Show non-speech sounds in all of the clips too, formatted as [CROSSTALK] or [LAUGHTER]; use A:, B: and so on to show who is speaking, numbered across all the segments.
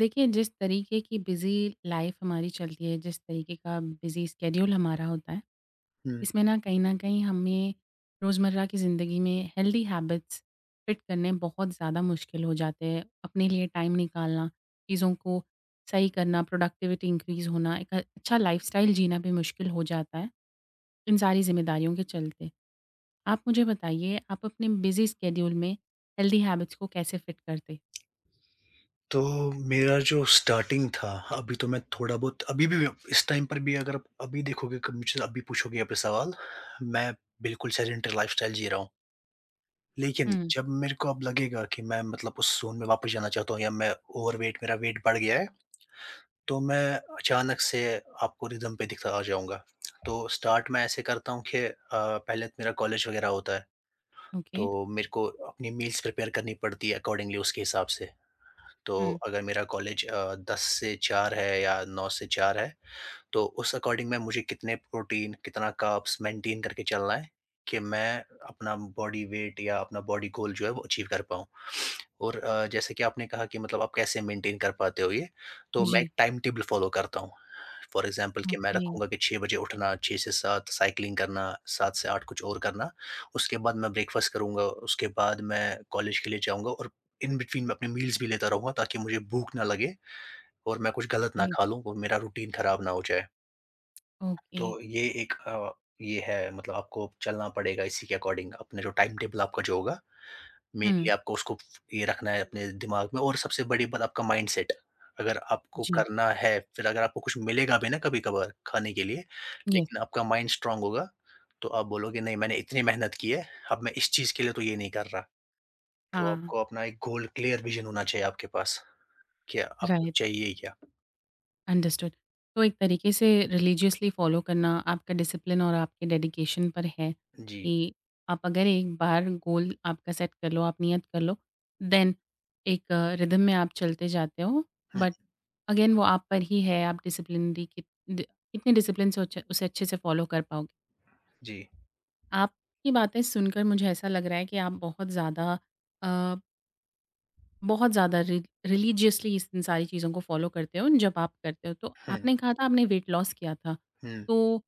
A: देखिए, जिस तरीके की बिज़ी लाइफ़ हमारी चलती है, जिस तरीके का बिज़ी स्केड्यूल हमारा होता है,
B: हुँ,
A: इसमें ना कहीं न कहीं हमें रोज़मर्रा की ज़िंदगी में हेल्दी हैबिट्स फिट करने बहुत ज़्यादा मुश्किल हो जाते हैं। अपने लिए टाइम निकालना, चीज़ों को सही करना, प्रोडक्टिविटी इंक्रीज़ होना, एक अच्छा लाइफ़स्टाइल जीना भी मुश्किल हो जाता है, इन सारी ज़िम्मेदारियों के चलते। आप मुझे बताइए, आप अपने बिज़ी स्केड्यूल में हेल्दी हैबिट्स को कैसे फिट करते?
B: तो मेरा जो स्टार्टिंग था, अभी तो मैं थोड़ा बहुत अभी भी इस टाइम पर भी अगर आप अभी देखोगे क मुझसे अभी पूछोगे आप ये सवाल, मैं बिल्कुल सेडेंटरी लाइफ़स्टाइल जी रहा हूँ। लेकिन
A: हुँ,
B: जब मेरे को अब लगेगा कि मैं मतलब उस ज़ोन में वापस जाना चाहता हूँ या मैं ओवरवेट मेरा वेट बढ़ गया है, तो मैं अचानक से आपको रिदम पे दिखता आ जाऊँगा। तो स्टार्ट मैं ऐसे करता हूँ कि पहले तो मेरा कॉलेज वगैरह होता है,
A: ओके।
B: तो मेरे को अपनी मील्स प्रिपेयर करनी पड़ती है अकॉर्डिंगली उसके हिसाब से। तो
A: हुँ।
B: अगर मेरा कॉलेज 10 से 4 है या 9 से 4 है, तो उस अकॉर्डिंग में मुझे कितने प्रोटीन, कितना कार्ब्स मेंटेन करके चलना है कि मैं अपना बॉडी वेट या अपना बॉडी गोल जो है वो अचीव कर पाऊँ। और जैसे कि आपने कहा कि मतलब आप कैसे मेंटेन कर पाते हो ये, तो मैं एक
A: जी।
B: टाइम टेबल फ़ॉलो करता हूँ। फॉर एग्ज़ाम्पल कि मैं
A: ओके,
B: रखूँगा कि 6 बजे उठना, 6 से 7 साइक्लिंग करना, 7 से 8 कुछ और करना। उसके बाद मैं ब्रेकफ़ास्ट करूँगा, उसके बाद मैं कॉलेज के लिए जाऊँगा और इन बिटवीन मैं अपने मील्स भी लेता रहूँगा ताकि मुझे भूख ना लगे और मैं कुछ गलत ना
A: ओके,
B: खा लूँ और मेरा रूटीन ख़राब ना हो जाए।
A: ओके।
B: तो ये एक ये है मतलब आपको चलना पड़ेगा इसी के अकॉर्डिंग अपने जो टाइम टेबल आपका जो होगा, मेनली
A: हुँ।
B: आपको उसको ये रखना है अपने दिमाग में और सबसे बड़ी बात आपका माइंडसेट। अगर आपको
A: जी,
B: करना है, फिर अगर आपको कुछ मिलेगा भी ना कभी-कभार खाने के लिए,
A: यस।
B: लेकिन आपका माइंड स्ट्रॉन्ग होगा, तो आप बोलोगे नहीं मैंने इतनी मेहनत की है, अब मैं इस चीज़ के लिए तो ये नहीं कर रहा। तो
A: हाँ,
B: आपको अपना एक गोल क्लियर विज़न होना चाहिए आपके पास, क्या आपको
A: राइट,
B: चाहिए क्या?
A: अंडरस्टूड। तो एक तरीके से रिलीजियसली फ़ॉलो करना आपका डिसिप्लिन और आपके डेडिकेशन पर है
B: जी।
A: कि आप अगर एक बार गोल आपका सेट कर लो, आप नियत कर लो, देन एक रिदम में आप चलते जाते हो,
B: हुँ,
A: बट अगेन वो आप पर ही है, आप डिसिप्लिनरी कित द कितने डिसिप्लिन से उच उसे अच्छे से फ़ॉलो कर पाओगे।
B: जी।
A: आपकी बातें सुनकर मुझे ऐसा लग रहा है कि आप अ बहुत ज़्यादा रि रिलीजियसली इस इन सारी चीज़ों को फ़ॉलो करते हो, जब आप करते हो। तो
B: हुँ,
A: आपने कहा था आपने वेट लॉस किया था,
B: हुँ।
A: तो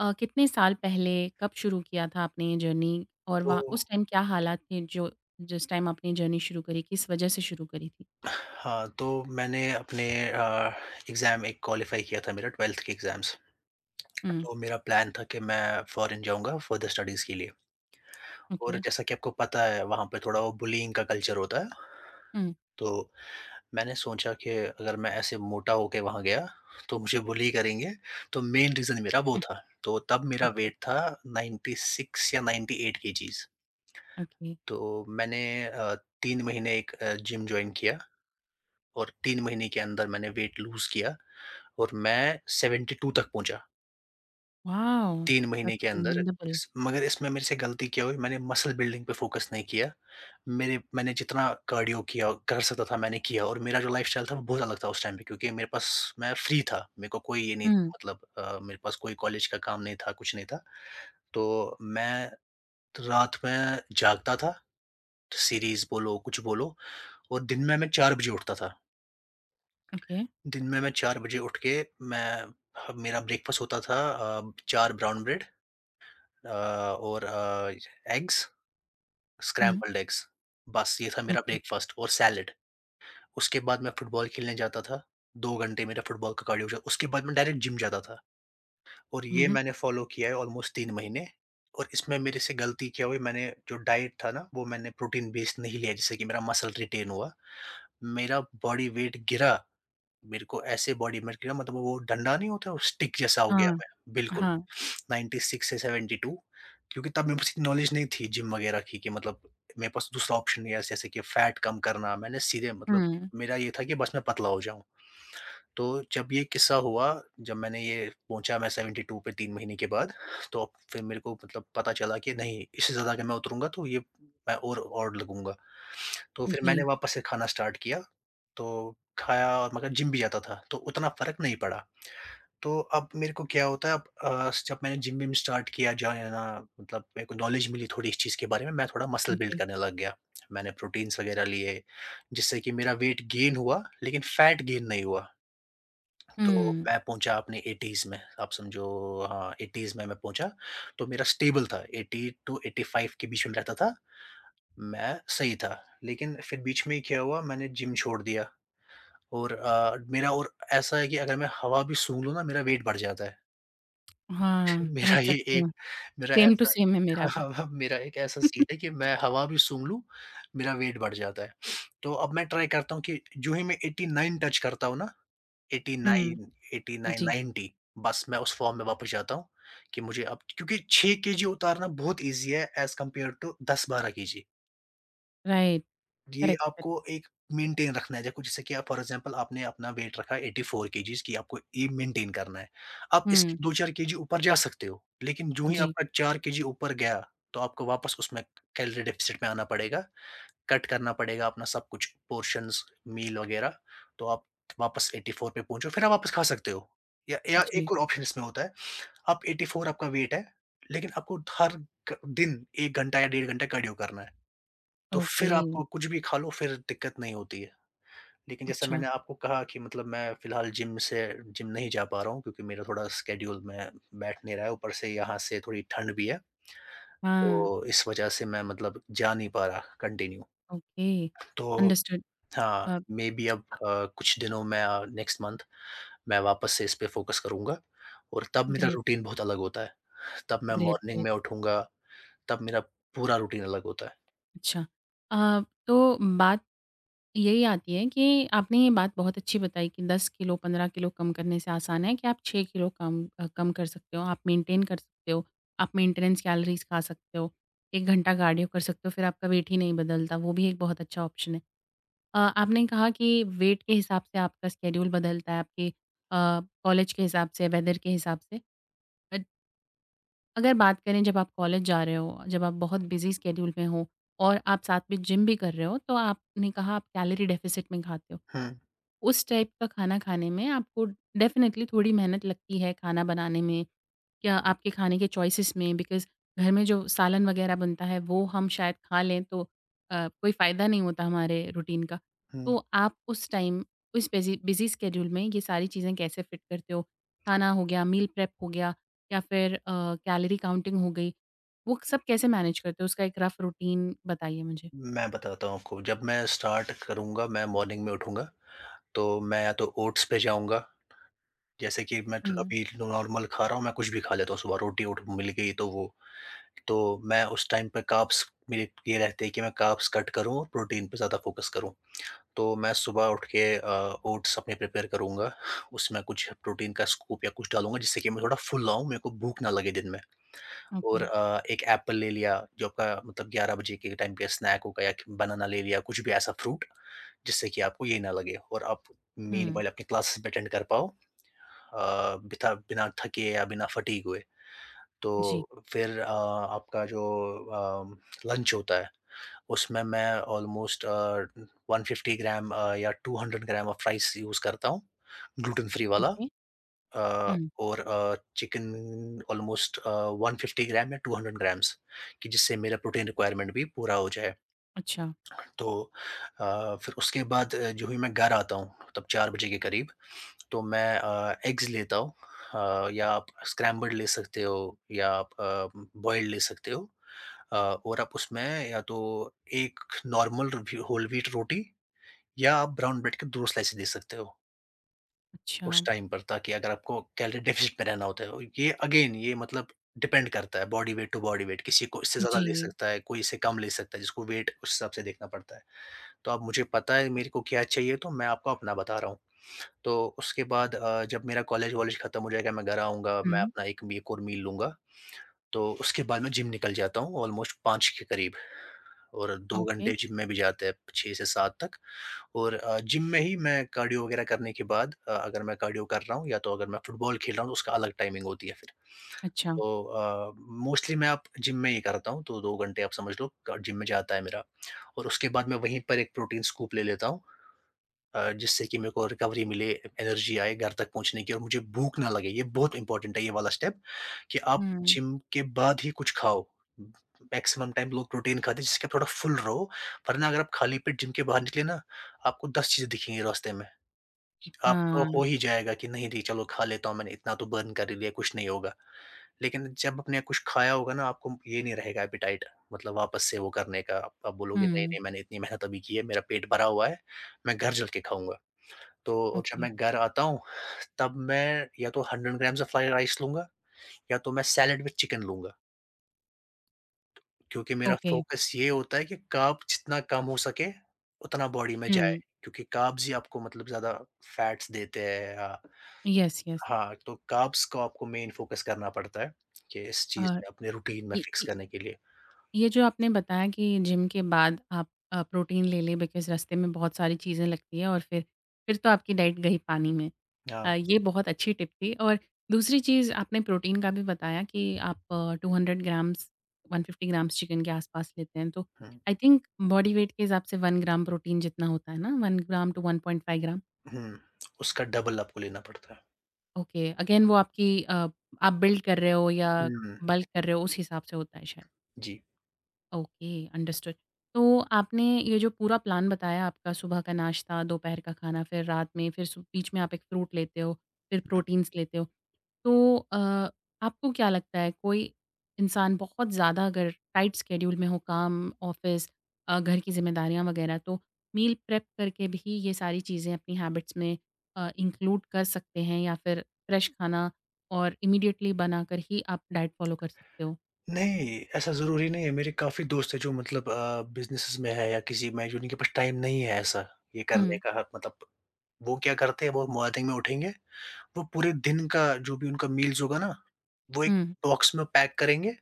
A: कितने साल पहले कब शुरू किया था आपने ये जर्नी? और
B: तो
A: वहाँ उस टाइम क्या हालात थे जो जिस टाइम आपने जर्नी शुरू करी, किस वजह से शुरू करी थी?
B: हाँ, तो मैंने अपने अ, एग्ज़ाम एक क्वालिफ़ाई किया था मेरा 12th के एग्ज़ाम्स।
A: हुँ,
B: तो मेरा प्लान था कि मैं फ़ॉरेन जाऊँगा फर्दर स्टडीज़ के लिए
A: ओके।
B: और जैसा कि आपको पता है वहाँ पे थोड़ा वो बुलिंग का कल्चर होता है।
A: हुँ,
B: तो मैंने सोचा कि अगर मैं ऐसे मोटा होके वहाँ गया तो मुझे बुली करेंगे, तो मेन रीज़न मेरा वो
A: हुँ,
B: था। तो तब मेरा
A: ओके,
B: वेट था 96 या 98 केजीज़।
A: ओके।
B: तो मैंने 3 महीने एक जिम जॉइन किया और 3 महीने के अंदर मैंने वेट लूज़ किया और मैं 72 तक पहुँचा
A: वॉव!
B: 3 महीने
A: दैट्स
B: के अंदर।
A: कमेंडेबल।
B: इस मगर इसमें मेरे से गलती क्या हुई मैंने मसल बिल्डिंग पे फ़ोकस नहीं किया। मेरे मैंने जितना कार्डियो किया कर सकता था मैंने किया और मेरा जो लाइफ़स्टाइल था वो बहुत अलग था उस टाइम पे क्योंकि मेरे पास मैं फ्री था। मेरे को कोई ये नहीं था,
A: हुँ,
B: मतलब मेरे पास कोई कॉलेज का काम नहीं था, कुछ नहीं था। तो मैं रात में जागता था, सीरीज़ बोलो, कुछ बोलो और दिन में मैं 4 बजे उठता था।
A: ओके।
B: दिन में मैं 4 बजे उठ के मैं ह मेरा ब्रेकफ़ास्ट होता था 4 ब्राउन ब्रेड और एग्स,
A: हुँ,
B: स्क्रैम्बल्ड एग्स, बस ये था मेरा
A: ओके।
B: ब्रेकफ़ास्ट और सैलेड। उसके बाद मैं फुटबॉल खेलने जाता था, 2 घंटे मेरा फुटबॉल का कार्डियो हो जा उसके बाद मैं डायरेक्ट जिम जाता था और
A: हुँ,
B: ये
A: हुँ।
B: मैंने फ़ॉलो किया है ऑलमोस्ट 3 महीने और इसमें मेरे से गलती क्या हुई मैंने जो डाइट था ना, वो मैंने प्रोटीन बेस्ड नहीं लिया जिससे कि मेरा मसल रिटेन हुआ। मेरा बॉडी वेट गिरा मेरे को ऐसे बॉडी में गिरा मतलब वो डंडा नहीं होता स्टिक जैसा हो गया
A: हाँ,
B: मैं, बिल्कुल
A: हाँ।
B: 96 से 72 क्योंकि तब मेरे पास इतनी नॉलेज नहीं थी जिम वगैरह की कि मतलब मेरे पास दूसरा ऑप्शन नहीं है जैसे कि फैट कम करना। मैंने सीधे मतलब
A: हुँ,
B: मेरा ये था कि बस मैं पतला हो जाऊँ। तो जब ये किस्सा हुआ, जब मैंने ये पहुँचा मैं 72 पे 3 महीने के बाद, तो फिर मेरे को मतलब पता चला कि नहीं इससे ज़्यादा अगर मैं उतरूँगा तो ये मैं और लगूँगा। तो फिर मैंने
A: जी,
B: वापस से खाना स्टार्ट किया तो खाया और मगर जिम भी जाता था, तो उतना फ़र्क नहीं पड़ा। तो अब मेरे को क्या होता है अब जब मैंने जिम-विम स्टार्ट किया जाना मतलब मेरे को नॉलेज मिली थोड़ी इस चीज़ के बारे में, मैं थोड़ा मसल बिल्ड
A: ओके।
B: करने लग गया। मैंने प्रोटीन्स वगैरह लिए, जिससे कि मेरा वेट गेन हुआ, लेकिन फैट गेन नहीं हुआ। तो
A: हुँ,
B: मैं पहुँचा अपने 80s में, आप समझो हाँ, 80s में मैं पहुँचा, तो मेरा स्टेबल था, 80 टू 85 के बीच में रहता था, मैं सही था। लेकिन फिर बीच में ही क्या हुआ, मैंने जिम छोड़ दिया। और मेरा और ऐसा है कि अगर मैं हवा भी सूँघ लूँ ना मेरा वेट बढ़ जाता है। [LAUGHS]
A: हाँ, समझ
B: मेरा ये
A: सकती
B: एक
A: हूँ।
B: मेरा
A: सेम टू
B: ऐसा
A: सेम है
B: [LAUGHS]
A: मेरा
B: हाँ,
A: भी।
B: हाँ, हाँ, [LAUGHS] मेरा एक ऐसा सीन है कि मैं हवा भी सूँघ लूँ, मेरा वेट बढ़ जाता है। तो अब मैं ट्राई करता हूँ कि जो ही मैं 89 टच करता हूँ ना
A: हुँ,
B: 89, 89,
A: जी,
B: 90 बस मैं उस फॉर्म में वापस जाता हूँ कि मुझे अब क्योंकि 6 केजी उतारना बहुत ईज़ी है as compare to 10-12 KG.
A: Right,
B: ये
A: करेक्ट, करेक्ट।
B: आपको एक मेंटेन रखना है जैसे कुछ जैसे कि आप फॉर एग्जांपल आपने अपना वेट रखा 84 केजीस की आपको ये मेंटेन करना है। आप इसके
A: हुँ,
B: 2-4 केजी ऊपर जा सकते हो, लेकिन जो ही
A: जी,
B: आपका 4 केजी ऊपर गया, तो आपको वापस उसमें कैलोरी डेफिसिट में आना पड़ेगा, कट करना पड़ेगा अपना सब कुछ पोर्शंस, मील वगैरह, तो आप वापस 84 पे पहुँचो, फिर आप वापस खा सकते हो। या
A: जी,
B: एक और ऑप्शन इसमें होता है, आप 84 आपका वेट है, लेकिन आपको हर क दिन 1 घंटा या 1.5 घंटा कार्डियो करना है। तो
A: ओके,
B: फिर आपको कुछ भी खा लो, फिर दिक्कत नहीं होती है। लेकिन जैसा
A: अच्छा,
B: मैंने आपको कहा कि मतलब मैं फ़िलहाल जिम से जिम नहीं जा पा रहा हूँ क्योंकि मेरा थोड़ा स्केड्यूल में बैठ नहीं रहा है, ऊपर से यहाँ से थोड़ी ठंड भी है,
A: हाँ,
B: तो इस वज़ह से मैं मतलब जा नहीं पा रहा कंटिन्यू।
A: ओके,
B: तो
A: अंडरस्टूड।
B: हाँ,
A: अ,
B: मेबी अब कुछ दिनों में नेक्स्ट मंथ मैं वापस से इस पे फ़ोकस करूँगा और तब मेरा
A: ग्रेट,
B: रूटीन बहुत अलग होता है। तब मैं
A: ग्रेट,
B: मॉर्निंग
A: ग्रेट,
B: में उठूँगा, तब मेरा पूरा रूटीन अलग होता है।
A: अच्छा। तो बात यही आती है कि आपने ये बात बहुत अच्छी बताई कि 10 किलो, 15 किलो कम करने से आसान है कि आप 6 किलो कम कम कर सकते हो, आप मेंटेन कर सकते हो, आप मेंटेनेंस कैलोरीज़ खा सकते हो, 1 घंटा कार्डियो कर सकते हो, फिर आपका वेट ही नहीं बदलता, वो भी एक बहुत अच्छा ऑप्शन है। आपने कहा कि वेट के हिसाब से आपका स्केड्यूल बदलता है, आपके अ, कॉलेज के हिसाब से, वेदर के हिसाब से। बट अगर बात करें जब आप कॉलेज जा रहे हो, जब आप बहुत बिज़ी स्केड्यूल में हो और आप साथ में जिम भी कर रहे हो, तो आपने कहा आप कैलोरी डेफ़िसिट में खाते हो।
B: हुँ,
A: उस टाइप का खाना खाने में आपको डेफ़िनेटली थोड़ी मेहनत लगती है खाना बनाने में, या आपके खाने के चॉइसेस में बिकॉज़ घर में जो सालन वग़ैरह बनता है वो हम शायद खा लें तो कोई फ़ायदा नहीं होता हमारे रूटीन का।
B: हुँ।
A: तो आप उस टाइम उस बिज़ी बिज़ी स्केड्यूल में ये सारी चीज़ें कैसे फ़िट करते हो? खाना हो गया, मील प्रेप हो गया या फिर कैलोरी काउंटिंग हो गई, वो सब कैसे मैनेज करते हो? उसका एक रफ़ रूटीन बताइए मुझे।
B: मैं बताता हूँ आपको, जब मैं स्टार्ट करूँगा, मैं मॉर्निंग में उठूँगा, तो मैं या तो ओट्स पे जाऊँगा, जैसे कि मैं ट
A: हुँ,
B: अभी नॉर्मल खा रहा हूँ, मैं कुछ भी खा लेता हूँ सुबह, रोटी ओट मिल गई तो वो। तो मैं उस टाइम पे कार्ब्स मेरे ये रहते हैं कि मैं कार्ब्स कट करूँ और प्रोटीन पे ज़्यादा फ़ोकस करूँ। तो मैं सुबह उठ के ओट्स अपने प्रिपेयर करूँगा, उसमें कुछ प्रोटीन का स्कूप या कुछ डालूँगा, जिससे कि मैं थोड़ा फुल आऊँ, मेरे को भूख ना लगे दिन में।
A: ओके।
B: और एक एप्पल ले लिया, जो आपका मतलब 11 बजे के टाइम पे स्नैक होगा या क बनाना ले लिया, कुछ भी ऐसा फ्रूट। जिससे कि आपको ये ना लगे और आप
A: हुँ,
B: मीनवाइल अपनी क्लासेस भी अटेंड कर पाओ बिथा बिना थके या बिना फटीग हुए। तो
A: जी।
B: फिर आपका जो अम, लंच होता है, उसमें मैं ऑलमोस्ट 150 ग्राम या 200 ग्राम ऑफ राइस यूज़ करता हूँ, ग्लूटेन फ्री वाला
A: ओके।
B: अ,
A: हुँ,
B: और चिकन ऑलमोस्ट 150 ग्राम या 200 ग्राम्स कि जिससे मेरा प्रोटीन रिक्वायरमेंट भी पूरा हो जाए।
A: अच्छा।
B: तो फिर उसके बाद जो भी मैं घर आता हूँ, तब 4 बजे के करीब तो मैं एग्स लेता हूँ या आप स्क्रैम्बल्ड ले सकते हो या आप बॉइल्ड ले सकते हो और आप उसमें या तो एक नॉर्मल होल व्हीट रोटी या आप ब्राउन ब्रेड के दो स्लाइसेस दे सकते हो
A: अच्छा,
B: उस टाइम पर ताकि अगर आपको कैलोरी डेफिसिट में रहना होता है और ये अगेन ये मतलब डिपेंड करता है body weight to body weight किसी को इससे ज़्यादा
A: जी।
B: ले सकता है कोई इससे कम ले सकता है जिसको वेट उस हिसाब से देखना पड़ता है तो अब मुझे पता है मेरे को क्या चाहिए तो मैं आपको अपना बता रहा हूँ तो उसके बाद जब मेरा कॉलेज वॉलेज खत्म हो जाएगा, मैं घर आऊँगा, मैं
A: हुँ,
B: अपना एक और मील लूँगा। तो उसके बाद मैं जिम निकल जाता हूँ ऑलमोस्ट 5 के करीब और 2
A: ओके,
B: घंटे जिम में भी जाते हैं 6 से 7 तक और जिम में ही मैं कार्डियो वगैरह करने के बाद अगर मैं कार्डियो कर रहा हूँ या तो अगर मैं फुटबॉल खेल रहा हूँ, तो उसका अलग टाइमिंग होती है फिर।
A: अच्छा।
B: तो मोस्टली मैं अब जिम में ही करता हूँ, तो 2 घंटे आप समझ लो क जिम में जाता है मेरा और उसके बाद मैं वहीं पर एक प्रोटीन स्कूप ले लेता हूँ। जिससे कि मेरे को रिकवरी मिले, एनर्जी आए घर तक पहुँचने की और मुझे भूख ना लगे। ये बहुत इम्पोर्टेंट है ये वाला स्टेप कि आप
A: हुँ,
B: जिम के बाद ही कुछ खाओ। मैक्सिमम टाइम लोग प्रोटीन खाते हैं जिससे कि आप थोड़ा फुल रहो, वरना अगर आप खाली पेट जिम के बाहर निकले ना, आपको 10 चीज़ें दिखेंगी रास्ते में। आपको हो
A: हाँ,
B: ही जाएगा कि नहीं जी चलो खा लेता हूँ मैंने इतना तो बर्न कर ही लिया, कुछ नहीं होगा। लेकिन जब आपने कुछ खाया होगा ना आपको ये नहीं रहेगा एपेटाइट मतलब वापस से वो करने का। आप बोलोगे नहीं,
A: हुँ,
B: नहीं मैंने इतनी मेहनत अभी की है, मेरा पेट भरा हुआ है, मैं घर चल के खाऊँगा। तो और जब
A: ओके,
B: मैं घर आता हूँ तब मैं या तो 100 ग्राम्स ऑफ फ्राइड राइस लूँगा या तो मैं सैलेड विद चिकन लूँगा, क्योंकि मेरा
A: ओके।
B: फ़ोकस ये होता है कि कार्ब जितना कम हो सके उतना बॉडी में जाए,
A: हुँ,
B: क्योंकि कार्ब्स ही आपको मतलब ज़्यादा फैट्स देते हैं या
A: येस, येस।
B: हाँ, तो कार्ब्स को आपको मेन फ़ोकस करना पड़ता है कि इस चीज़
A: और
B: में अपने रूटीन में
A: इ
B: फिक्स
A: इ
B: करने के लिए।
A: ये जो आपने बताया कि जिम के बाद आप प्रोटीन ले लें बिकॉज़ रास्ते में बहुत सारी चीज़ें लगती हैं और फिर तो आपकी डाइट गई पानी में।
B: हाँ।
A: ये बहुत अच्छी टिप थी और दूसरी चीज़ आपने प्रोटीन का भी बताया कि आप 200 ग्राम्स 150 ग्राम्स चिकन के आस-पास लेते हैं। तो
B: हुँ।
A: आई थिंक बॉडी वेट के हिसाब से 1 ग्राम प्रोटीन जितना होता है ना 1 ग्राम टू 1.5 ग्राम।
B: हुँ, उसका डबल आपको लेना पड़ता है।
A: ओके अगेन वो आपकी आप बिल्ड कर रहे हो या
B: हुँ।
A: बल्क कर रहे हो उस हिसाब से होता है शायद।
B: जी।
A: Okay, understood. तो आपने ये जो पूरा प्लान बताया आपका सुबह का नाश्ता, दोपहर का खाना, फिर रात में, फिर सु बीच में आप एक फ्रूट लेते हो, फिर
B: हुँ।
A: प्रोटीन्स लेते हो। तो आपको क्या लगता है कोई इंसान बहुत ज़्यादा अगर टाइट स्केड्यूल में हो काम, ऑफ़िस घर की ज़िम्मेदारियाँ वग़ैरह तो मील प्रेप करके भी ये सारी चीज़ें अपनी हैबिट्स में इंक्लूड कर सकते हैं या फिर फ्रेश खाना और इमीडिएटली बनाकर ही आप डाइट फ़ॉलो कर सकते हो?
B: नहीं, ऐसा ज़रूरी नहीं है, मेरे काफ़ी दोस्त हैं जो मतलब बिज़नेसेस में है या किसी में जो उनके पास टाइम नहीं है ऐसा, ये करने
A: हुँ,
B: का मतलब वो क्या करते हैं, वो मॉर्निंग में उठेंगे, वो पूरे दिन का जो भी उनका मील्स होगा ना, वो एक
A: हुँ,
B: बॉक्स में पैक करेंगे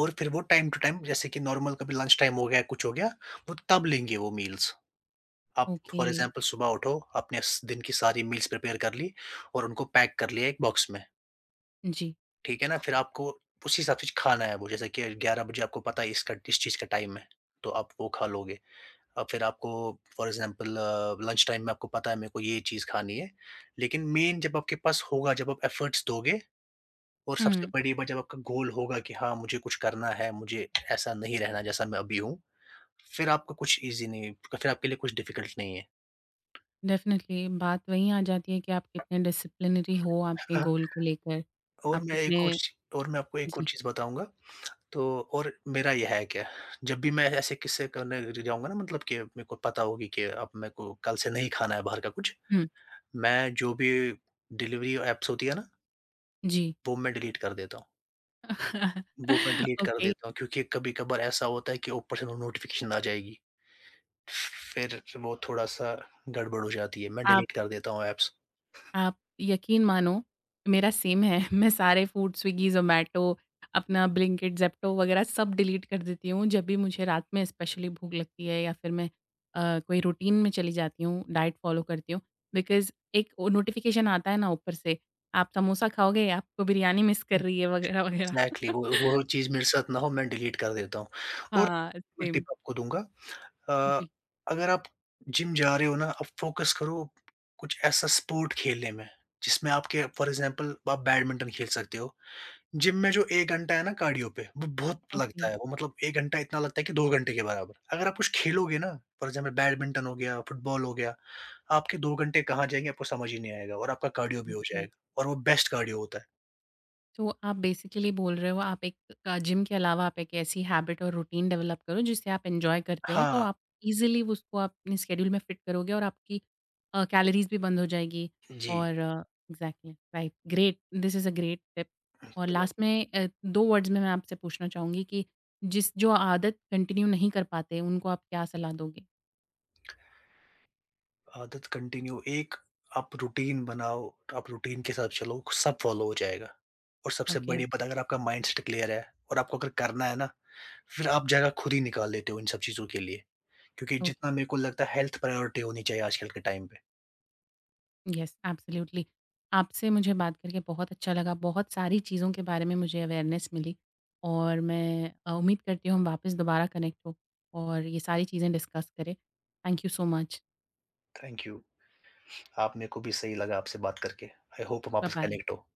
B: और फिर वो टाइम टू टाइम जैसे कि नॉर्मल कभी लंच टाइम हो गया, कुछ हो गया, वो तब लेंगे वो मील्स। आप
A: ओके।
B: फॉर एग्ज़ाम्पल सुबह उठो, आपने स दिन की सारी मील्स प्रिपेयर कर ली और उनको पैक कर लिया एक बॉक्स में।
A: जी।
B: ठीक है ना? फिर आपको उस हिसाब से खाना है वो जैसे कि 11 बजे आपको पता है इसका इस चीज़ का टाइम है, तो आप वो खा लोगे। अब फिर आपको फॉर एग्ज़ाम्पल लंच टाइम में आपको पता है मेरे को ये चीज़ खानी है, लेकिन मेन जब आपके पास होगा, जब आप एफर्ट्स दोगे और सबसे
A: हुँ,
B: बड़ी बात जब आपका गोल होगा कि हाँ, मुझे कुछ करना है, मुझे ऐसा नहीं रहना जैसा मैं अभी हूँ, फिर आपको कुछ ईज़ी नहीं फिर आपके लिए कुछ डिफ़िकल्ट नहीं है।
A: डेफ़िनिटली बात वहीं आ जाती है कि आप कितने डिसिप्लिनरी हो आपके
B: हाँ।
A: गोल को लेकर। आप कितने
B: और मैं आपको एक और
A: जी।
B: चीज़ बताऊँगा। तो और मेरा ये है क्या, जब भी मैं ऐसे किस्से करने ज जाऊँगा ना मतलब कि मेरे को पता होगी कि अब मेरे को कल से नहीं खाना है बाहर का कुछ,
A: हुँ,
B: मैं जो भी डिलीवरी ऐप्स होती है ना,
A: जी।
B: वो मैं डिलीट कर देता हूँ।
A: [LAUGHS]
B: वो मैं डिलीट कर
A: ओके,
B: देता हूँ क्योंकि कभी-कभार ऐसा होता है कि ऊपर से नोटिफ़िकेशन आ जाएगी, फिर वो थोड़ा-सा गड़बड़ हो जाती है, मैं
A: आप
B: डिलीट कर देता हूँ ऐप्स।
A: आप यकीन मानो, मेरा सेम है। [LAUGHS] मैं सारे फूड स्विग्गी, ज़ोमैटो, अपना ब्लिंकिट, ज़ेप्टो वगैरह सब डिलीट कर देती हूँ, जब भी मुझे रात में स्पेशली भूख लगती है या फिर मैं कोई रूटीन में चली जाती हूँ, डाइट फ़ॉलो करती हूँ। बिकॉज़ एक वो नोटिफ़िकेशन आता है ना ऊपर से, आप समोसा खाओगे, आपको बिरयानी मिस कर
B: हुँ,
A: रही है वगैरह-वगैरह।
B: एग्ज़ैक्टली वो
A: [LAUGHS]
B: वो चीज़ मेरे साथ ना हो मैं डिलीट कर देता हूँ और
A: हाँ,
B: मैं टिप
A: सेम।
B: आपको दूँगा अ,
A: जी,
B: अगर आप जिम जा रहे हो ना, आप फ़ोकस करो कुछ ऐसा स्पोर्ट खेलने में, जिसमें आपके फॉर एग्ज़ाम्पल आप बैडमिंटन खेल सकते हो। जिम में जो 1 घंटा है ना कार्डियो पे, वो बहुत
A: ओके,
B: लगता है, वो मतलब 1 घंटा इतना लगता है कि 2 घंटे के बराबर। अगर आप कुछ खेलोगे ना, फॉर एग्ज़ाम्पल बैडमिंटन हो गया, फुटबॉल हो गया, आपके 2 घंटे कहाँ जाएँगे आपको समझ ही नहीं आएगा और आपका कार्डियो भी हो
A: ओके।
B: जाएगा और वो बेस्ट कार्डियो होता है।
A: तो आप बेसिकली बोल रहे हो आप एक जिम के अलावा आप एक ऐसी हैबिट और रूटीन डेवलप करो जिससे आप एंजॉय करते हो तो
B: हाँ।
A: आप इजीली उसको आप अपने स्केड्यूल में फिट करोगे और आपकी कैलोरीज भी बंद हो जाएगी
B: जी।
A: और exactly right great this is a great tip और
B: तो
A: लास्ट में दो वर्ड्स में मैं आपसे पूछना चाहूँगी कि जिस जो आदत कंटिन्यू नहीं कर पाते उनको आप क्या सलाह दोगे
B: आदत कंटिन्यू एक आप रूटीन बनाओ, आप रूटीन के साथ चलो, सब फ़ॉलो हो जाएगा। और सबसे
A: ओके।
B: बड़ी बात अगर आपका माइंडसेट क्लियर है और आपको अगर करना है ना, फिर आप जगह खुद ही निकाल लेते हो इन सब चीज़ों के लिए। क्योंकि जितना मेरे को लगता है हेल्थ प्रायोरिटी होनी चाहिए आजकल के टाइम पे।
A: Yes, absolutely. आपसे मुझे बात करके बहुत अच्छा लगा, बहुत सारी चीज़ों के बारे में मुझे अवेयरनेस मिली और मैं उम्मीद करती हूँ हम वापस दोबारा कनेक्ट हों और ये सारी चीज़ें डिस्कस करें। Thank you so much.
B: Thank you. आप मेरे को भी सही लगा आपसे बात करके। आई होप हम वापस
A: बाय-बाय।
B: कनेक्ट हो।